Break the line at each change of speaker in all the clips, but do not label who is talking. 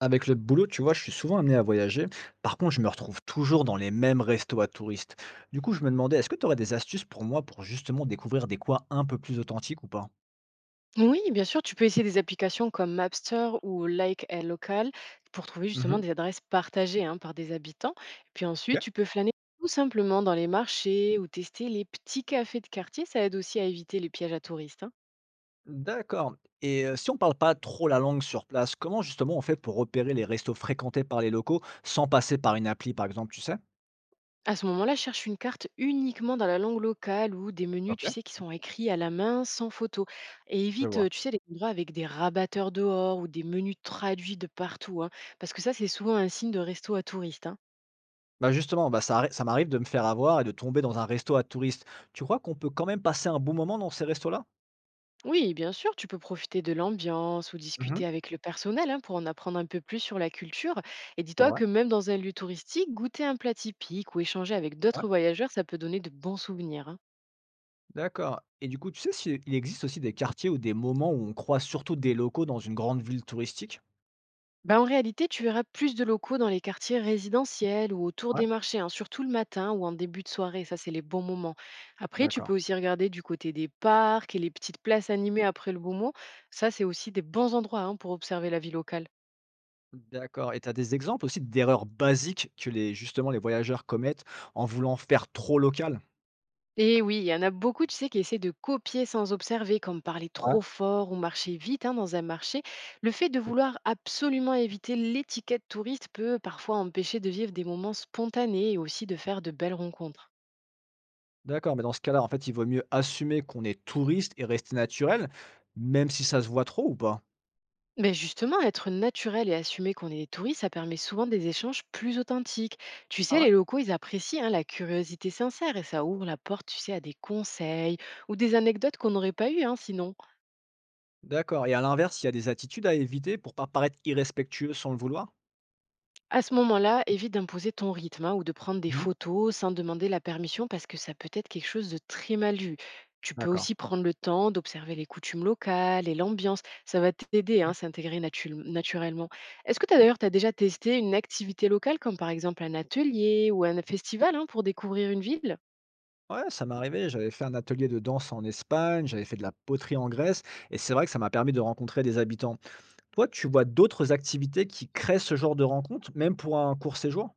Avec le boulot, tu vois, je suis souvent amené à voyager. Par contre, je me retrouve toujours dans les mêmes restos à touristes. Du coup, je me demandais, est-ce que tu aurais des astuces pour moi pour justement découvrir des coins un peu plus authentiques ou pas?
Oui, bien sûr, tu peux essayer des applications comme Mapster ou Like a Local pour trouver justement
Mhm.
des adresses partagées, hein, par des habitants. Et puis ensuite,
Ok.
tu peux flâner tout simplement dans les marchés ou tester les petits cafés de quartier. Ça aide aussi à éviter les pièges à touristes, hein.
D'accord. Si on parle pas trop la langue sur place, comment justement on fait pour repérer les restos fréquentés par les locaux sans passer par une appli, par exemple, tu sais?
À ce moment-là, cherche une carte uniquement dans la langue locale ou des menus,
Ok,
tu sais, qui sont écrits à la main sans photo. Et
je
évite,
vois.
tu sais, les endroits avec des rabatteurs dehors ou des menus traduits de partout, hein, parce que ça, c'est souvent un signe de resto à touristes, hein.
Bah justement, bah ça, ça m'arrive de me faire avoir et de tomber dans un resto à touristes. Tu crois qu'on peut quand même passer un bon moment dans ces restos-là?
Oui, bien sûr, tu peux profiter de l'ambiance ou
Mhm.
discuter avec le personnel, hein, pour en apprendre un peu plus sur la culture. Et
C'est
dis-toi
vrai.
que même dans un lieu touristique, goûter un plat typique ou échanger avec d'autres voyageurs, ça peut donner de bons souvenirs, hein.
D'accord. Et du coup, tu sais s'il existe aussi des quartiers ou des moments où on croise surtout des locaux dans une grande ville touristique?
Ben, en réalité, tu verras plus de locaux dans les quartiers résidentiels ou autour
Ouais,
des marchés, hein, surtout le matin ou en début de soirée, ça c'est les bons moments. Après, tu
d'accord.
peux aussi regarder du côté des parcs et les petites places animées après le beau mot. Ça, c'est aussi des bons endroits, hein, pour observer la vie locale.
D'accord et tu as des exemples aussi d'erreurs basiques que les voyageurs commettent en voulant faire trop local?
Et oui, il y en a beaucoup, tu sais, qui essaient de copier sans observer, comme parler
Ouais.
trop fort ou marcher vite, hein, dans un marché. Le fait de vouloir absolument éviter l'étiquette touriste peut parfois empêcher de vivre des moments spontanés et aussi de faire de belles rencontres.
D'accord, mais dans ce cas-là, en fait, il vaut mieux assumer qu'on est touriste et rester naturel, même si ça se voit trop ou pas?
Mais justement, être naturel et assumer qu'on est des touristes, ça permet souvent des échanges plus authentiques. Tu
Ah
sais,
ouais?
les locaux, ils apprécient, hein, la curiosité sincère, et ça ouvre la porte, tu sais, à des conseils ou des anecdotes qu'on n'aurait pas eues, hein, sinon.
D'accord. Et à l'inverse, il y a des attitudes à éviter pour pas paraître irrespectueux sans le vouloir?
À ce moment-là, évite d'imposer ton rythme, hein, ou de prendre des
Mmh.
photos sans demander la permission, parce que ça peut être quelque chose de très mal vu. Tu peux
D'accord.
aussi prendre le temps d'observer les coutumes locales et l'ambiance. Ça va t'aider, hein, à s'intégrer naturellement. Est-ce que tu as d'ailleurs t'as déjà testé une activité locale comme par exemple un atelier ou un festival, hein, pour découvrir une ville?
Ouais, ça m'est arrivé. J'avais fait un atelier de danse en Espagne, j'avais fait de la poterie en Grèce, et c'est vrai que ça m'a permis de rencontrer des habitants. Toi, tu vois d'autres activités qui créent ce genre de rencontres, même pour un court séjour?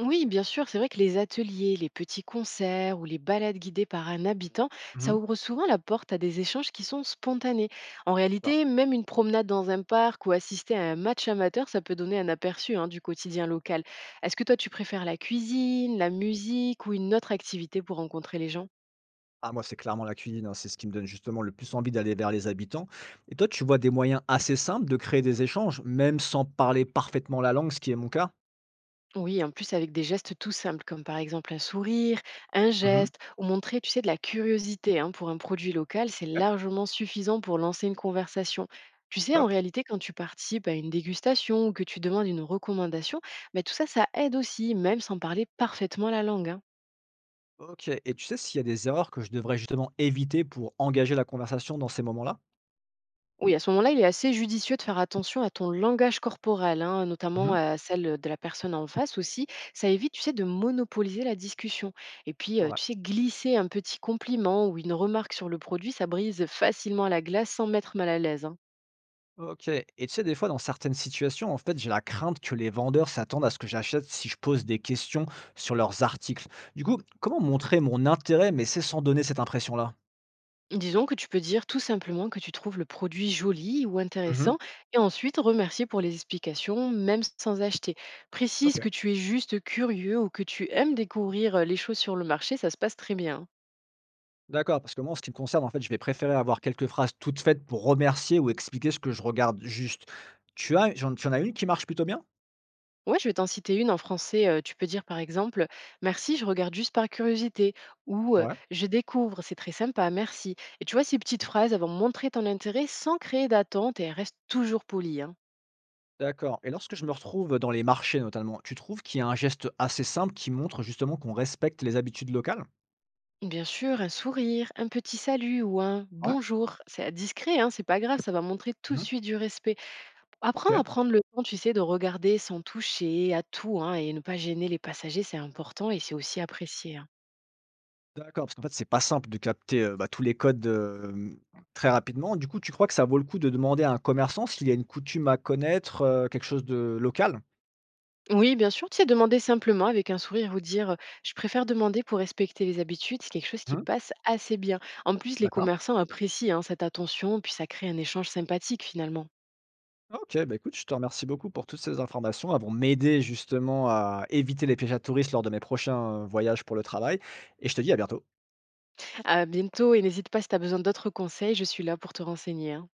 Oui, bien sûr, c'est vrai que les ateliers, les petits concerts ou les balades guidées par un habitant,
Mhm.
ça ouvre souvent la porte à des échanges qui sont spontanés. En
Ah,
réalité, même une promenade dans un parc ou assister à un match amateur, ça peut donner un aperçu, hein, du quotidien local. Est-ce que toi, tu préfères la cuisine, la musique ou une autre activité pour rencontrer les gens?
ah, moi, c'est clairement la cuisine, hein, c'est ce qui me donne justement le plus envie d'aller vers les habitants. Et toi, tu vois des moyens assez simples de créer des échanges, même sans parler parfaitement la langue, ce qui est mon cas?
Oui, en plus avec des gestes tout simples, comme par exemple un sourire, un
Mhm.
geste, ou montrer, tu sais, de la curiosité, hein, pour un produit local, c'est
Ok,
largement suffisant pour lancer une conversation. Tu sais, en
top.
réalité, quand tu participes à une dégustation ou que tu demandes une recommandation, mais tout ça, ça aide aussi, même sans parler parfaitement la langue, hein.
Ok, et tu sais s'il y a des erreurs que je devrais justement éviter pour engager la conversation dans ces moments-là?
Oui, à ce moment-là, il est assez judicieux de faire attention à ton langage corporel, hein, notamment
Mhm.
à celle de la personne en face aussi. Ça évite, tu sais, de monopoliser la discussion. Et puis,
C'est vrai.
tu sais, glisser un petit compliment ou une remarque sur le produit, ça brise facilement la glace sans mettre mal à l'aise, hein.
OK. Et tu sais, des fois, dans certaines situations, en fait, j'ai la crainte que les vendeurs s'attendent à ce que j'achète si je pose des questions sur leurs articles. Du coup, comment montrer mon intérêt, mais c'est sans donner cette impression-là?
Disons que tu peux dire tout simplement que tu trouves le produit joli ou
Mhm.
intéressant, et ensuite remercier pour les explications, même sans acheter.
Ok.
Précise que tu es juste curieux ou que tu aimes découvrir, les choses sur le marché, ça se passe très bien, hein.
D'accord, parce que moi, en ce qui me concerne, en fait, je vais préférer avoir quelques phrases toutes faites pour remercier ou expliquer ce que je regarde juste. Tu en as une qui marche plutôt bien?
Ouais, je vais t'en citer une en français. Tu peux dire par exemple: merci, je regarde juste par curiosité, ou
Ouais.
je découvre, c'est très sympa, merci. Et tu vois, ces petites phrases, elles vont montrer ton intérêt sans créer d'attente, et elles restent toujours polies, hein.
D'accord. Et lorsque je me retrouve dans les marchés, notamment, tu trouves qu'il y a un geste assez simple qui montre justement qu'on respecte les habitudes locales?
Bien sûr, un sourire, un petit salut ou un
Ouais.
bonjour, c'est discret, hein, c'est pas grave, ça va montrer tout de
Mhm.
suite du respect. Apprends
Ok.
à prendre le temps, tu sais, de regarder sans toucher à tout, hein, et ne pas gêner les passagers, c'est important et c'est aussi apprécié, hein.
D'accord, parce qu'en fait, c'est pas simple de capter, bah, tous les codes, très rapidement. Du coup, tu crois que ça vaut le coup de demander à un commerçant s'il y a une coutume à connaître, quelque chose de local?
Oui, bien sûr, tu sais, demander simplement avec un sourire ou dire, je préfère demander pour respecter les habitudes, c'est quelque chose qui
Mmh,
passe assez bien. En plus, les
d'accord.
commerçants apprécient, hein, cette attention, puis ça crée un échange sympathique finalement.
OK, bah, écoute, je te remercie beaucoup pour toutes ces informations. Elles vont m'aider justement à éviter les pièges à touristes lors de mes prochains voyages pour le travail et je te dis à bientôt.
À bientôt, et n'hésite pas si tu as besoin d'autres conseils, je suis là pour te renseigner, hein.